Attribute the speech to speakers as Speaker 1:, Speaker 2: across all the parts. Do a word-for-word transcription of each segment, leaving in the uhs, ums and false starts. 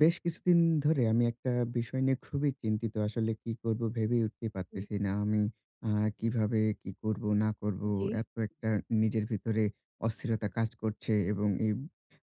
Speaker 1: বেশ কিছুদিন ধরে আমি একটা বিষয় নিয়ে খুবই চিন্তিত। আসলে কি করব ভেবেই উঠতে
Speaker 2: হুম,
Speaker 1: পারতেছি না। আমি আ কিভাবে কি করব না করব?
Speaker 2: জি।
Speaker 1: এত একটা নিজের ভিতরে অস্থিরতা কাজ করছে এবং এই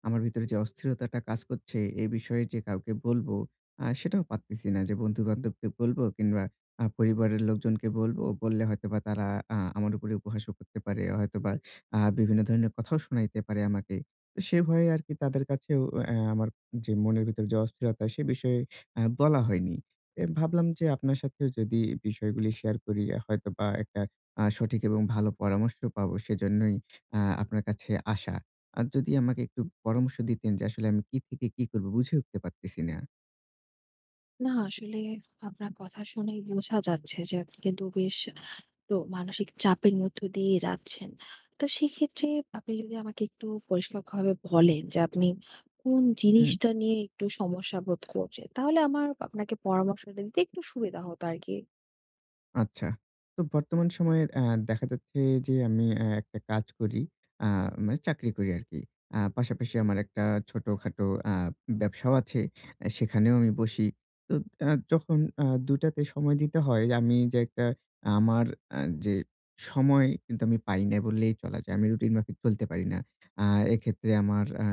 Speaker 1: আমার ভিতরে যে অস্থিরতাটা কাজ করছে এই বিষয়ে যে কাউকে বলবো আ সেটাও পারতেছি না, যে বন্ধু-বান্ধবকে বলবো কিংবা আ পরিবারের লোকজনকে বলবো। বললে হয়তোবা তারা আ আমার উপরে উপহাসও করতে পারে। হয়তোবা আ বিভিন্ন ধরনের কথাও শোনাইতে পারে আমাকে। তো সে ভয়ে আরকি তাদের কাছেও অ্যা আমার যে মনের ভিতরে যে অস্থিরতা, সে বিষয়ে আ বলা হয়নি। এ ভাবলাম যে আপনার সাথেও যদি বিষয়গুলি শেয়ার করি, হয়তোবা একটা আ সঠিক এবং ভালো পরামর্শ পাবো, সেজন্যই আ আপনার কাছে আসা। আর যদি আমাকে একটু পরামর্শ দিতেন, যে আসলে আমি কি থেকে কি করব বুঝে উঠতে পারতেছি না।
Speaker 2: না আসলে আপনার কথা শুনেই বোঝা যাচ্ছে যে আপনি কিন্তু বেশ তো মানসিক চাপের মধ্য দিয়ে যাচ্ছেন। তো সেক্ষেত্রে আপনি যদি আমাকে একটু পরিষ্কারভাবে বলেন যে আপনি কোন জিনিসটা নিয়ে একটু সমস্যা বোধ করছেন? তাহলে আমার আপনাকে পরামর্শটা দিতে একটু সুবিধা হতো আরকি।
Speaker 1: আচ্ছা। তো বর্তমান সময়ে অ্যা দেখা যাচ্ছে যে আমি অ্যা একটা কাজ করি। আ মানে চাকরি করি আরকি। আ পাশাপাশি আমার একটা ছোটখাটো আ ব্যবসাও আছে। অ্যা সেখানেও আমি বসি। তো আ যখন আ দুই টাতে সময় দিতে হয়, আমি যে একটা আমার আ যে সময় কিন্তু আমি পাই না বললেই চলা যায়। আমি রুটিন মাফিক চলতে পারি না। আ এক্ষেত্রে আমার আ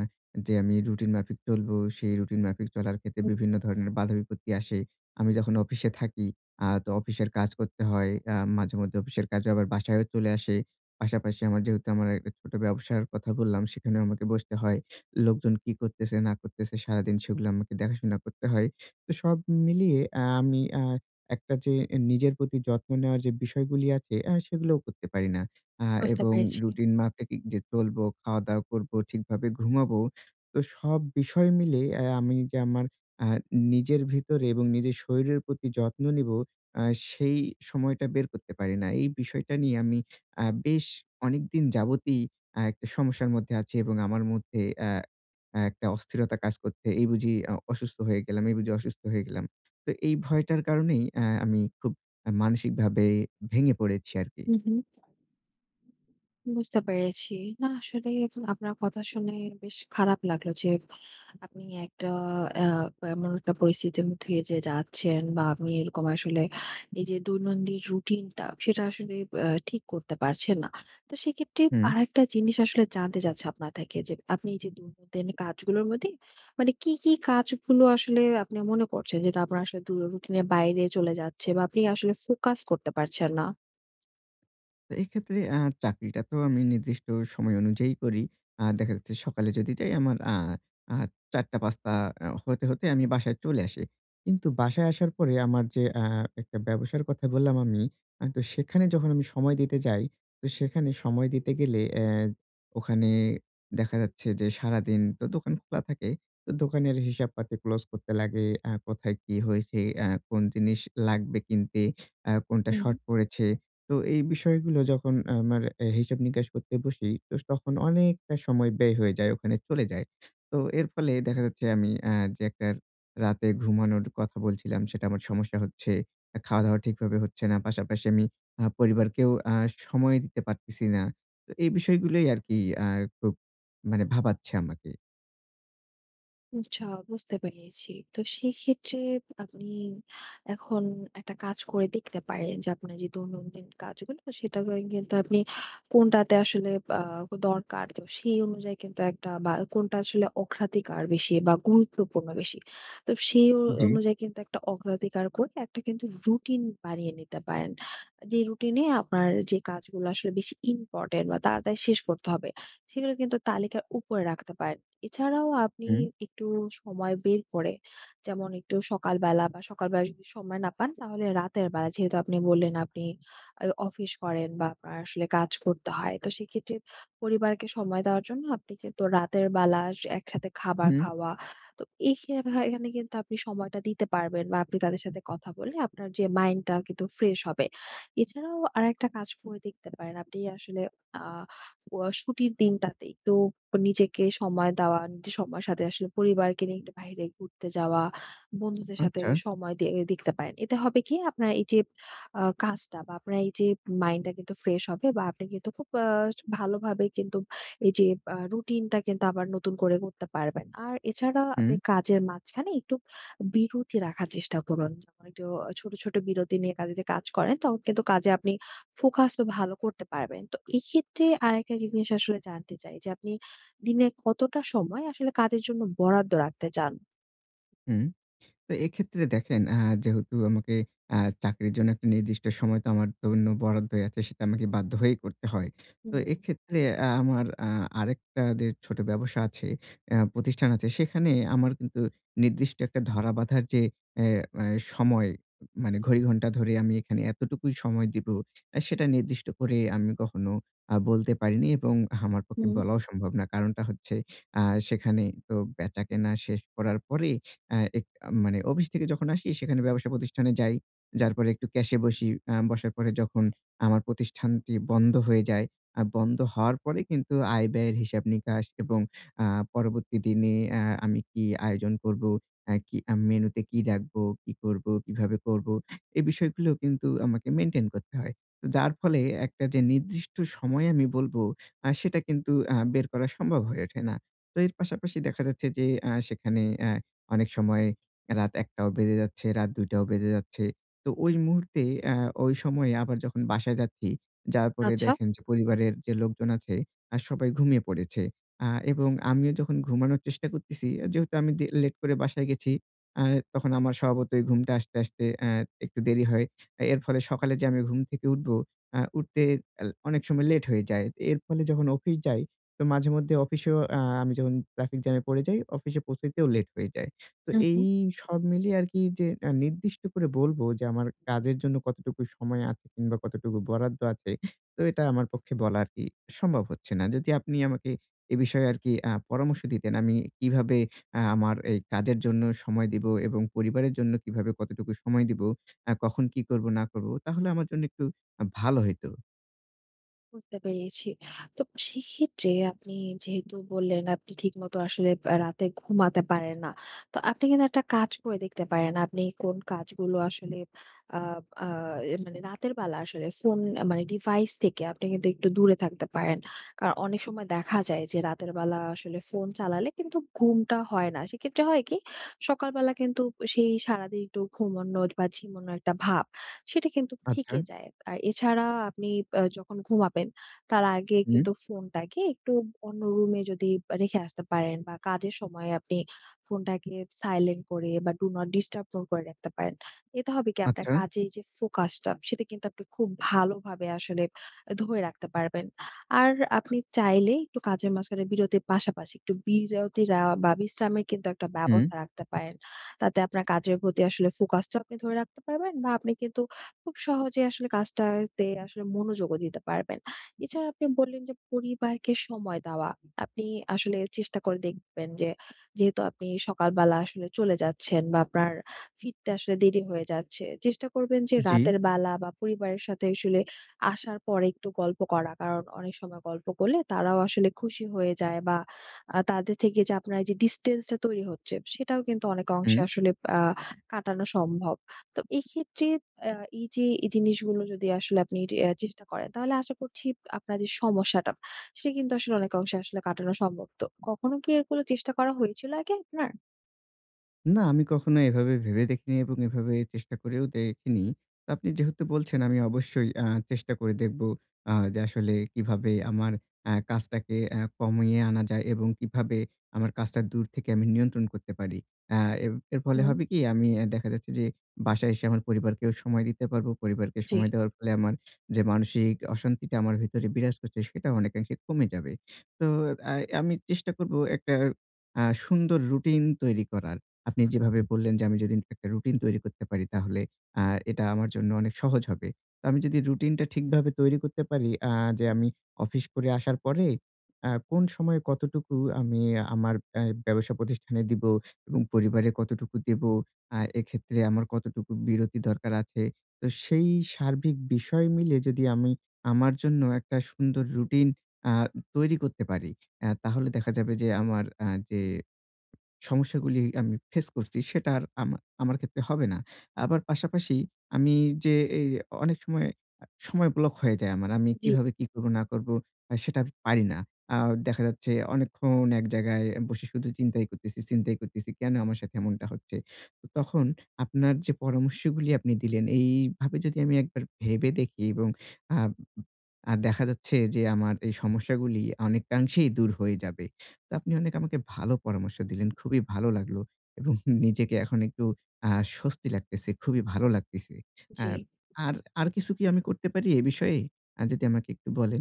Speaker 1: যে আমি রুটিন মাফিক চলবো, সেই রুটিন মাফিক চলার ক্ষেত্রে বিভিন্ন ধরনের বাধা বিপত্তি আসে। আমি যখন অফিসে থাকি আ তো অফিসের কাজ করতে হয়। আ মাঝেমধ্যে অফিসের কাজে আবার বাসায়ও চলে আসি। পাশাপাশি আমার, যেহেতু আমার একটা ছোট ব্যবসার কথা বললাম, সেখানেও আমাকে বসতে হয়। লোকজন কি করতেছে না করতেছে সারাদিন সেগুলো আমাকে দেখাশোনা করতে হয়। তো সব মিলিয়ে আ আমি আ একটা যে নিজের প্রতি যত্ন নেওয়ার যে বিষয়গুলি আছে আ সেগুলোও করতে পারি না। আ
Speaker 2: বুঝতে
Speaker 1: এবং
Speaker 2: পেরেছি।
Speaker 1: রুটিন মাফিক যে চলবো, খাওয়া-দাওয়া করবো, ঠিকভাবে ঘুমাবো। তো সব বিষয় মিলে আ আমি যে আমার আ নিজের ভিতরে এবং নিজের শরীরের প্রতি যত্ন নিবো আ সেই সময়টা বের করতে পারি না। এই বিষয়টা নিয়ে আমি আ বেশ অনেকদিন যাবতই আ একটা সমস্যার মধ্যে আছি এবং আমার মধ্যে আ আ একটা অস্থিরতা কাজ করছে। এই বুঝি আ অসুস্থ হয়ে গেলাম, এই বুঝি অসুস্থ হয়ে গেলাম। তো এই ভয়টার কারণেই আ আমি খুব আ মানসিকভাবে ভেঙে পড়েছি আরকি।
Speaker 2: হুম, হুম। বুঝতে পেরেছি। না আসলে আপনার কথা শুনে বেশ খারাপ লাগলো যে আপনি একটা আ এমন একটা পরিস্থিতির মধ্যে দিয়ে যে যাচ্ছেন বা আপনি এরকম আসলে এই যে দৈনন্দিন রুটিনটা সেটা আসলে আ ঠিক করতে পারছেন না। তো সেক্ষেত্রে
Speaker 1: হুম।
Speaker 2: আরেকটা জিনিস আসলে জানতে চাচ্ছি আপনার থেকে যে আপনি এই যে দৈনন্দিন কাজগুলোর মধ্যে মানে কি, কি কাজগুলো আসলে আপনি মনে করছেন যেটা আপনার আসলে দু রুটিনের বাইরে চলে যাচ্ছে বা আপনি আসলে ফোকাস করতে পারছেন
Speaker 1: তো এক্ষেত্রে আ চাকরিটা তো আমি নির্দিষ্ট সময় অনুযায়ী করি। আ দেখা যাচ্ছে সকালে যদি যাই, আমার আ আ ৪ঃ০০-৫ঃ শূন্য শূন্য আ হতে, হতে আমি বাসায় চলে আসি। কিন্তু বাসায় আসার পরে আমার যে আ একটা ব্যবসার কথা বললাম আমি, আ তো সেখানে যখন আমি সময় দিতে যাই, তো সেখানে সময় দিতে গেলে অ্যা ওখানে দেখা যাচ্ছে যে সারাদিন তো দোকান খোলা থাকে। তো দোকানের হিসাবপাতি ক্লোজ করতে লাগে। আ কোথায় কি হয়েছে, আ কোন জিনিস লাগবে কিনতে, আ কোনটা
Speaker 2: না?
Speaker 1: শর্ট পড়েছে। তো এই বিষয়গুলো যখন আমার অ্যা হিসাব-নিকাশ করতে বসি, তো তখন অনেকটা সময় ব্যয় হয়ে যায়, ওখানে চলে যায়। তো এর ফলে দেখা যাচ্ছে আমি অ্যা যে একটা রাতে ঘুমানোর কথা বলছিলাম, সেটা আমার সমস্যা হচ্ছে। আ খাওয়া-দাওয়া ঠিকভাবে হচ্ছে না। পাশাপাশি আমি আ পরিবারকেও আ সময় দিতে পারতেছি না। তো এই বিষয়গুলোই আরকি আ খুব মানে ভাবাচ্ছে আমাকে।
Speaker 2: আচ্ছা, বুঝতে পেরেছি। তো সেক্ষেত্রে আপনি এখন একটা কাজ করে দেখতে পারেন যে আপনার যে দৈনন্দিন কাজগুলো সেটা করে কিন্তু আপনি কোনটাতে আসলে আহ, দরকার তো সেই অনুযায়ী কিন্তু একটা বা কোনটা আসলে অগ্রাধিকার বেশি বা গুরুত্বপূর্ণ বেশি, তো সেই অ-
Speaker 1: জি।
Speaker 2: অনুযায়ী কিন্তু একটা অগ্রাধিকার করে একটা কিন্তু রুটিন বানিয়ে নিতে পারেন, যে রুটিনে আপনার যে কাজগুলো আসলে বেশি ইম্পর্টেন্ট বা তাড়াতাড়ি শেষ করতে হবে সেগুলো কিন্তু তালিকার উপরে রাখতে পারেন। এছাড়াও আপনি
Speaker 1: হুম,
Speaker 2: একটু সময় বের করে, যেমন একটু সকালবেলা বা সকালবেলা যদি সময় না পান তাহলে রাতের বেলা, যেহেতু আপনি বললেন আপনি আ অফিস করেন বা আপনার আসলে কাজ করতে হয়। তো সেক্ষেত্রে পরিবারকে সময় দেওয়ার জন্য আপনি কিন্তু রাতের বেলা স একসাথে খাবার
Speaker 1: হুম,
Speaker 2: খাওয়া। তো এই খে ভা- এখানে কিন্তু আপনি সময়টা দিতে পারবেন বা আপনি তাদের সাথে কথা বলে আপনার যে মাইন্ডটা কিন্তু ফ্রেশ হবে। এছাড়াও আরেকটা কাজ করে দেখতে পারেন। আপনি আসলে আ ও ছুটির দিনটাতে একটু নিজেকে সময় দেওয়া, নিজের সময়ের সাথে আসলে পরিবারকে নিয়ে একটু বাইরে ঘুরতে যাওয়া, বন্ধুদের সাথে
Speaker 1: আচ্ছা।
Speaker 2: সময় দিয়ে দিতে পারেন। এতে হবে কি, আপনার এই যে আ কাজটা বা আপনার এই যে মাইন্ডটা কিন্তু ফ্রেশ হবে বা আপনি কিন্তু খুব আ ভালোভাবে কিন্তু এই যে আ রুটিনটা কিন্তু আবার নতুন করে করতে পারবেন। আর এছাড়া
Speaker 1: হুম,
Speaker 2: আপনি কাজের মাঝখানে একটু বিরতি রাখার চেষ্টা করুন। যেমন একটু ছোট, ছোট বিরতি নিয়ে কা যদি কাজ করেন তখন কিন্তু কাজে আপনি ফোকাসও ভালো করতে পারবেন। তো এক্ষেত্রে আরেকটা জিনিস আসলে জানতে চাই, যে আপনি দিনের কতটা সময় আসলে কাজের জন্য বরাদ্দ রাখতে চান?
Speaker 1: হুম। তো এক্ষেত্রে দেখেন, আ যেহেতু আমাকে আ চাকরির জন্য একটা নির্দিষ্ট সময় তো আমার জন্য বরাদ্দ হয়ে আছে, সেটা আমাকে বাধ্য হয়েই করতে হয়। তো
Speaker 2: হুম,
Speaker 1: এক্ষেত্রে আ আমার আ আরেকটা যে ছোট ব্যবসা আছে, আ প্রতিষ্ঠান আছে, সেখানে আমার কিন্তু নির্দিষ্ট একটা ধরা বাঁধার যে অ্যা অ্যা সময়, মানে ঘড়ি ঘন্টা ধরে আমি এখানে এতটুকুই সময় দিব, আ সেটা নির্দিষ্ট করে আমি কখনো আ বলতে পারিনি এবং আমার পক্ষে
Speaker 2: হুম।
Speaker 1: বলাও সম্ভব না। কারণটা হচ্ছে, আ সেখানে তো বেচাকেনা শেষ করার পরে আ এক মানে অফিস থেকে যখন আসি, সেখানে ব্যবসা প্রতিষ্ঠানে যাই। যার পরে একটু ক্যাশে বসি। আ বসার পরে যখন আমার প্রতিষ্ঠানটি বন্ধ হয়ে যায়, আর বন্ধ হওয়ার পরে কিন্তু আয়-ব্যয়ের হিসাব-নিকাশ এবং আ পরবর্তী দিনে আ আমি কি আয়োজন করব, আ কি আ মেনুতে কি রাখবো, কি করব, কিভাবে করব, এই বিষয়গুলো কিন্তু আমাকে মেইনটেইন করতে হয়। তো যার ফলে একটা যে নির্দিষ্ট সময় আমি বলব, আ সেটা কিন্তু আ বের করা সম্ভব হয়ে ওঠে না। তো এর পাশাপাশি দেখা যাচ্ছে যে আ সেখানে আ অনেক সময় রাত ১ঃ শূন্য শূন্য টাও বেজে যাচ্ছে, রাত ২ঃ শূন্য শূন্য টাও বেজে যাচ্ছে। তো ওই মুহূর্তে আ ওই সময়ে আবার যখন বাসায় যাচ্ছি, যাওয়ার পরে
Speaker 2: আচ্ছা।
Speaker 1: দেখেন যে পরিবারের যে লোকজন আছে আ সবাই ঘুমিয়ে পড়েছে। আ এবং আমিও যখন ঘুমানোর চেষ্টা করতেছি, আহ, যেহেতু আমি দে লেট করে বাসায় গেছি, আ তখন আমার স্বভাবতই ঘুমটা আসতে, আসতে আ একটু দেরি হয়। এর ফলে সকালে যে আমি ঘুম থেকে উঠবো, আ উঠতে আল অনেক সময় লেট হয়ে যায়। এর ফলে যখন অফিস যাই, তো মাঝেমধ্যে অফিসেও আ আমি যখন ট্রাফিক জ্যামে পড়ে যাই, অফিসে পৌঁছাইতেও লেট হয়ে যায়। তো এই
Speaker 2: হুম।
Speaker 1: সব মিলিয়ে আরকি, যে আ নির্দিষ্ট করে বলবো যে আমার কাজের জন্য কতটুকু সময় আছে কিংবা কতটুকু বরাদ্দ আছে, তো এটা আমার পক্ষে বলা আরকি সম্ভব হচ্ছে না। যদি আপনি আমাকে এ বিষয়ে আরকি আ পরামর্শ দিতেন, আমি কিভাবে আ আমার এই কাজের জন্য সময় দিব এবং পরিবারের জন্য কিভাবে কতটুকু সময় দিব, আ কখন কি করব না করব, তাহলে আমার জন্য একটু আ ভালো হইতো।
Speaker 2: বুঝতে পেরেছি। তো সেক্ষেত্রে আপনি, যেহেতু বললেন আপনি ঠিকমতো আসলে আ রাতে ঘুমাতে পারেন না। তো আপনি কিন্তু একটা কাজ করে দেখতে পারেন। আপনি কোন কাজগুলো আসলে আ আ মানে রাতের বেলা আসলে ফোন, মানে ডিভাইস থেকে আপনি কিন্তু একটু দূরে থাকতে পারেন। কারণ অনেক সময় দেখা যায় যে রাতের বেলা আসলে ফোন চালালে কিন্তু ঘুমটা হয় না। সেক্ষেত্রে হয় কি, সকালবেলা কিন্তু সেই সারাদিন একটু ঘুমানো বা ঝিমানো একটা ভাব সেটা কিন্তু
Speaker 1: আচ্ছা,
Speaker 2: থেকে যায়। আর এছাড়া আপনি আ যখন ঘুমাবেন তার আগে
Speaker 1: হুম,
Speaker 2: কিন্তু ফোনটাকে একটু অন্য রুমে যদি রেখে আসতে পারেন, বা কাজের সময় আপনি ফোনটাকে সাইলেন্ট করে বা ডু নট ডিস্টার্ব মোড করে রাখতে পারেন। এতে হবে কি, আপনার
Speaker 1: আচ্ছা,
Speaker 2: কাজের যে ফোকাসটা সেটা কিন্তু আপনি খুব ভালোভাবে আসলে ধরে রাখতে পারবেন। আর আপনি চাইলে একটু কাজের মাঝখানে বিরতির পাশাপাশি একটু বিরতি নেওয়া বা বিশ্রামের কিন্তু একটা
Speaker 1: হুম,
Speaker 2: ব্যবস্থা রাখতে পারেন। তাতে আপনার কাজের প্রতি আসলে ফোকাসটাও আপনি ধরে রাখতে পারবেন বা আপনি কিন্তু খুব সহজে আসলে কাজটাতে আসলে মনোযোগও দিতে পারবেন। এছাড়া আপনি বললেন যে পরিবারকে সময় দেওয়া। আপনি আসলে চেষ্টা করে দেখবেন যে, যেহেতু আপনি সকালবেলা আসলে চলে যাচ্ছেন বা আপনার ফিরতে আসলে দেরি হয়ে যাচ্ছে, চেষ্টা করবেন যে
Speaker 1: জি,
Speaker 2: রাতের বেলা বা পরিবারের সাথে আসলে আসার পরে একটু গল্প করা। কারণ অনেক সময় গল্প করলে তারাও আসলে খুশি হয়ে যায় বা আ তাদের থেকে যে আপনার যে ডিসট্যান্সটা তৈরি হচ্ছে সেটাও কিন্তু অনেক অংশে
Speaker 1: হুম।
Speaker 2: আসলে আ কাটানো সম্ভব। তো এক্ষেত্রে আ এই যে এই জিনিসগুলো যদি আসলে আপনি টে আ চেষ্টা করেন তাহলে আশা করছি আপনার যে সমস্যাটা সেটা কিন্তু আসলে অনেকাংশে আসলে কাটানো সম্ভব। তো কখনো কি এগুলো চেষ্টা করা হয়েছিল আগে আপনার?
Speaker 1: না, আমি কখনো এভাবে ভেবে দেখিনি এবং এভাবে চেষ্টা করেও দেখিনি। তো আপনি যেহেতু বলছেন, আমি অবশ্যই আ চেষ্টা করে দেখব আ যে আসলে কিভাবে আমার আ কাজটাকে আ কমিয়ে আনা যায় এবং কিভাবে আমার কাজটা দূর থেকে আমি নিয়ন্ত্রণ করতে পারি। আ এর এর ফলে
Speaker 2: হুম,
Speaker 1: হবে কি, আমি আ দেখা যাচ্ছে যে বাসায় এসে আমার পরিবারকেও সময় দিতে পারবো। পরিবারকে
Speaker 2: জি।
Speaker 1: সময় দেওয়ার ফলে আমার যে মানসিক অশান্তিটা আমার ভেতরে বিরাজ করছে সেটা অনেকাংশে কমে যাবে। তো আ আমি চেষ্টা করব একটা আ সুন্দর রুটিন তৈরি করার। আপনি যেভাবে বললেন যে আমি যদি একটা রুটিন তৈরি করতে পারি তাহলে আ এটা আমার জন্য অনেক সহজ হবে। তো আমি যদি রুটিনটা ঠিকভাবে তৈরি করতে পারি, আ যে আমি অফিস করে আসার পরে আ কোন সময়ে কতটুকু আমি আমার আ ব্যবসা প্রতিষ্ঠানে দিব এবং পরিবারে কতটুকু দেব, আ এক্ষেত্রে আমার কতটুকু বিরতি দরকার আছে। তো সেই সার্বিক বিষয় মিলে যদি আমি আমার জন্য একটা সুন্দর রুটিন আ তৈরি করতে পারি, আ তাহলে দেখা যাবে যে আমার আ যে সমস্যাগুলি আমি ফেস করছি সেটা আর আমা আমার ক্ষেত্রে হবে না। আবার পাশাপাশি আমি যে এই অনেক সময় আ সময় ব্লক হয়ে যায় আমার। আমি
Speaker 2: জি,
Speaker 1: কিভাবে কি করব না করব আ সেটা আমি পারি না। আ দেখা যাচ্ছে অনেকক্ষণ এক জায়গায় বসে শুধু চিন্তাই করতেছি, চিন্তাই করতেছি কেন আমার সাথে এমনটা হচ্ছে। তো তখন আপনার যে পরামর্শগুলি আপনি দিলেন এইভাবে যদি আমি একবার ভেবে দেখি, এবং আ আর দেখা যাচ্ছে যে আমার এই সমস্যাগুলি অনেকাংশেই দূর হয়ে যাবে। তো আপনি অনেক আমাকে ভালো পরামর্শ দিলেন। খুবই ভালো লাগলো এবং নিজেকে এখন একটু আ স্বস্তি লাগতেছে। খুবই ভালো লাগতেছে। আ
Speaker 2: জি।
Speaker 1: আর, আর কিছু কি আমি করতে পারি এ বিষয়ে? আ যদি আমাকে একটু বলেন।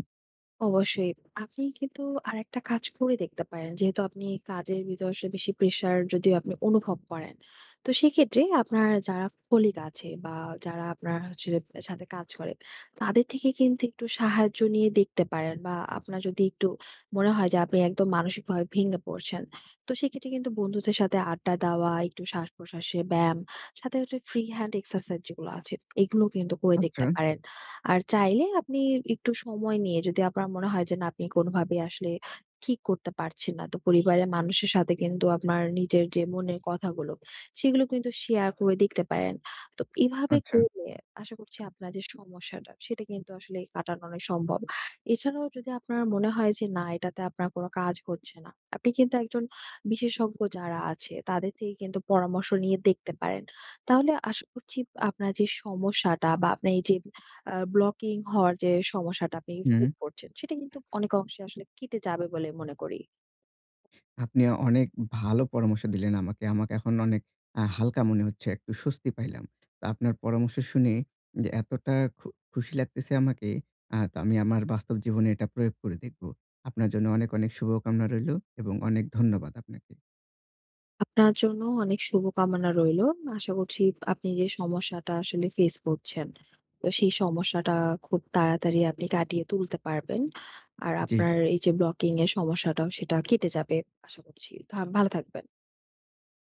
Speaker 2: অবশ্যই। আপনি কিন্তু আরেকটা কাজ করে দেখতে পারেন। যেহেতু আপনি কাজের ভিতরে আসলে বেশি প্রেশার যদিও আপনি অনুভব করেন। তো সেক্ষেত্রে আপনার যারা কলিগ আছে বা যারা আপনার হচ্ছে সাথে কাজ করে, তাদের থেকে কিন্তু একটু সাহায্য নিয়ে দেখতে পারেন, বা আপনার যদি একটু মনে হয় যে আপনি একদম মানসিকভাবে ভেঙে পড়ছেন, তো সেক্ষেত্রে কিন্তু বন্ধুদের সাথে আড্ডা দেওয়া, একটু শ্বাস-প্রশ্বাসে ব্যায়াম, সাথে হচ্ছে ফ্রি হ্যান্ড এক্সারসাইজ যেগুলো আছে, এগুলো কিন্তু করে
Speaker 1: আচ্ছা,
Speaker 2: দেখতে পারেন। আর চাইলে আপনি একটু সময় নিয়ে, যদি আপনার মনে হয় যে না আপনি কোনোভাবেই আসলে ঠিক করতে পারছেন না, তো পরিবারের মানুষের সাথে কিন্তু আপনার নিজের যে মনের কথাগুলো সেগুলো কিন্তু শেয়ার করে দেখতে পারেন। তো এভাবে
Speaker 1: আচ্ছা।
Speaker 2: করলে আশা করছি আপনার যে সমস্যাটা সেটা কিন্তু আসলে কাটানো অনেক সম্ভব। এছাড়াও যদি আপনার মনে হয় যে না এটাতে আপনার কোনো কাজ হচ্ছে না, আপনি কিন্তু একজন বিশেষজ্ঞ যারা আছে তাদের থেকে কিন্তু পরামর্শ নিয়ে দেখতে পারেন। তাহলে আশা করছি আপনার যে সমস্যাটা বা আপনার এই যে আ ব্লকিং হওয়ার যে সমস্যাটা আপনি
Speaker 1: হুম।
Speaker 2: ফেস করছেন, সেটা কিন্তু অনেক অংশে আসলে কেটে যাবে বলে মনে করি।
Speaker 1: আপনি অনেক ভালো পরামর্শ দিলেন আমাকে। আমাকে এখন অনেক আ হালকা মনে হচ্ছে। একটু স্বস্তি পাইলাম। তো আপনার পরামর্শ শুনে যে এতটা খু খুশি লাগতেছে আমাকে, আ তো আমি আমার বাস্তব জীবনে এটা প্রয়োগ করে দেখব। আপনার জন্য অনেক, অনেক শুভকামনা রইলো এবং অনেক ধন্যবাদ আপনাকে।
Speaker 2: আপনার জন্য অনেক শুভকামনা রইলো। আশা করছি আপনি যে সমস্যাটা আসলে ফেস করছেন, তো সেই সমস্যাটা খুব তাড়াতাড়ি আপনি কাটিয়ে তুলতে পারবেন। আর
Speaker 1: জি।
Speaker 2: আপনার এই যে ব্লকিং এর সমস্যাটাও সেটা কেটে যাবে আশা করছি। থা ভালো থাকবেন।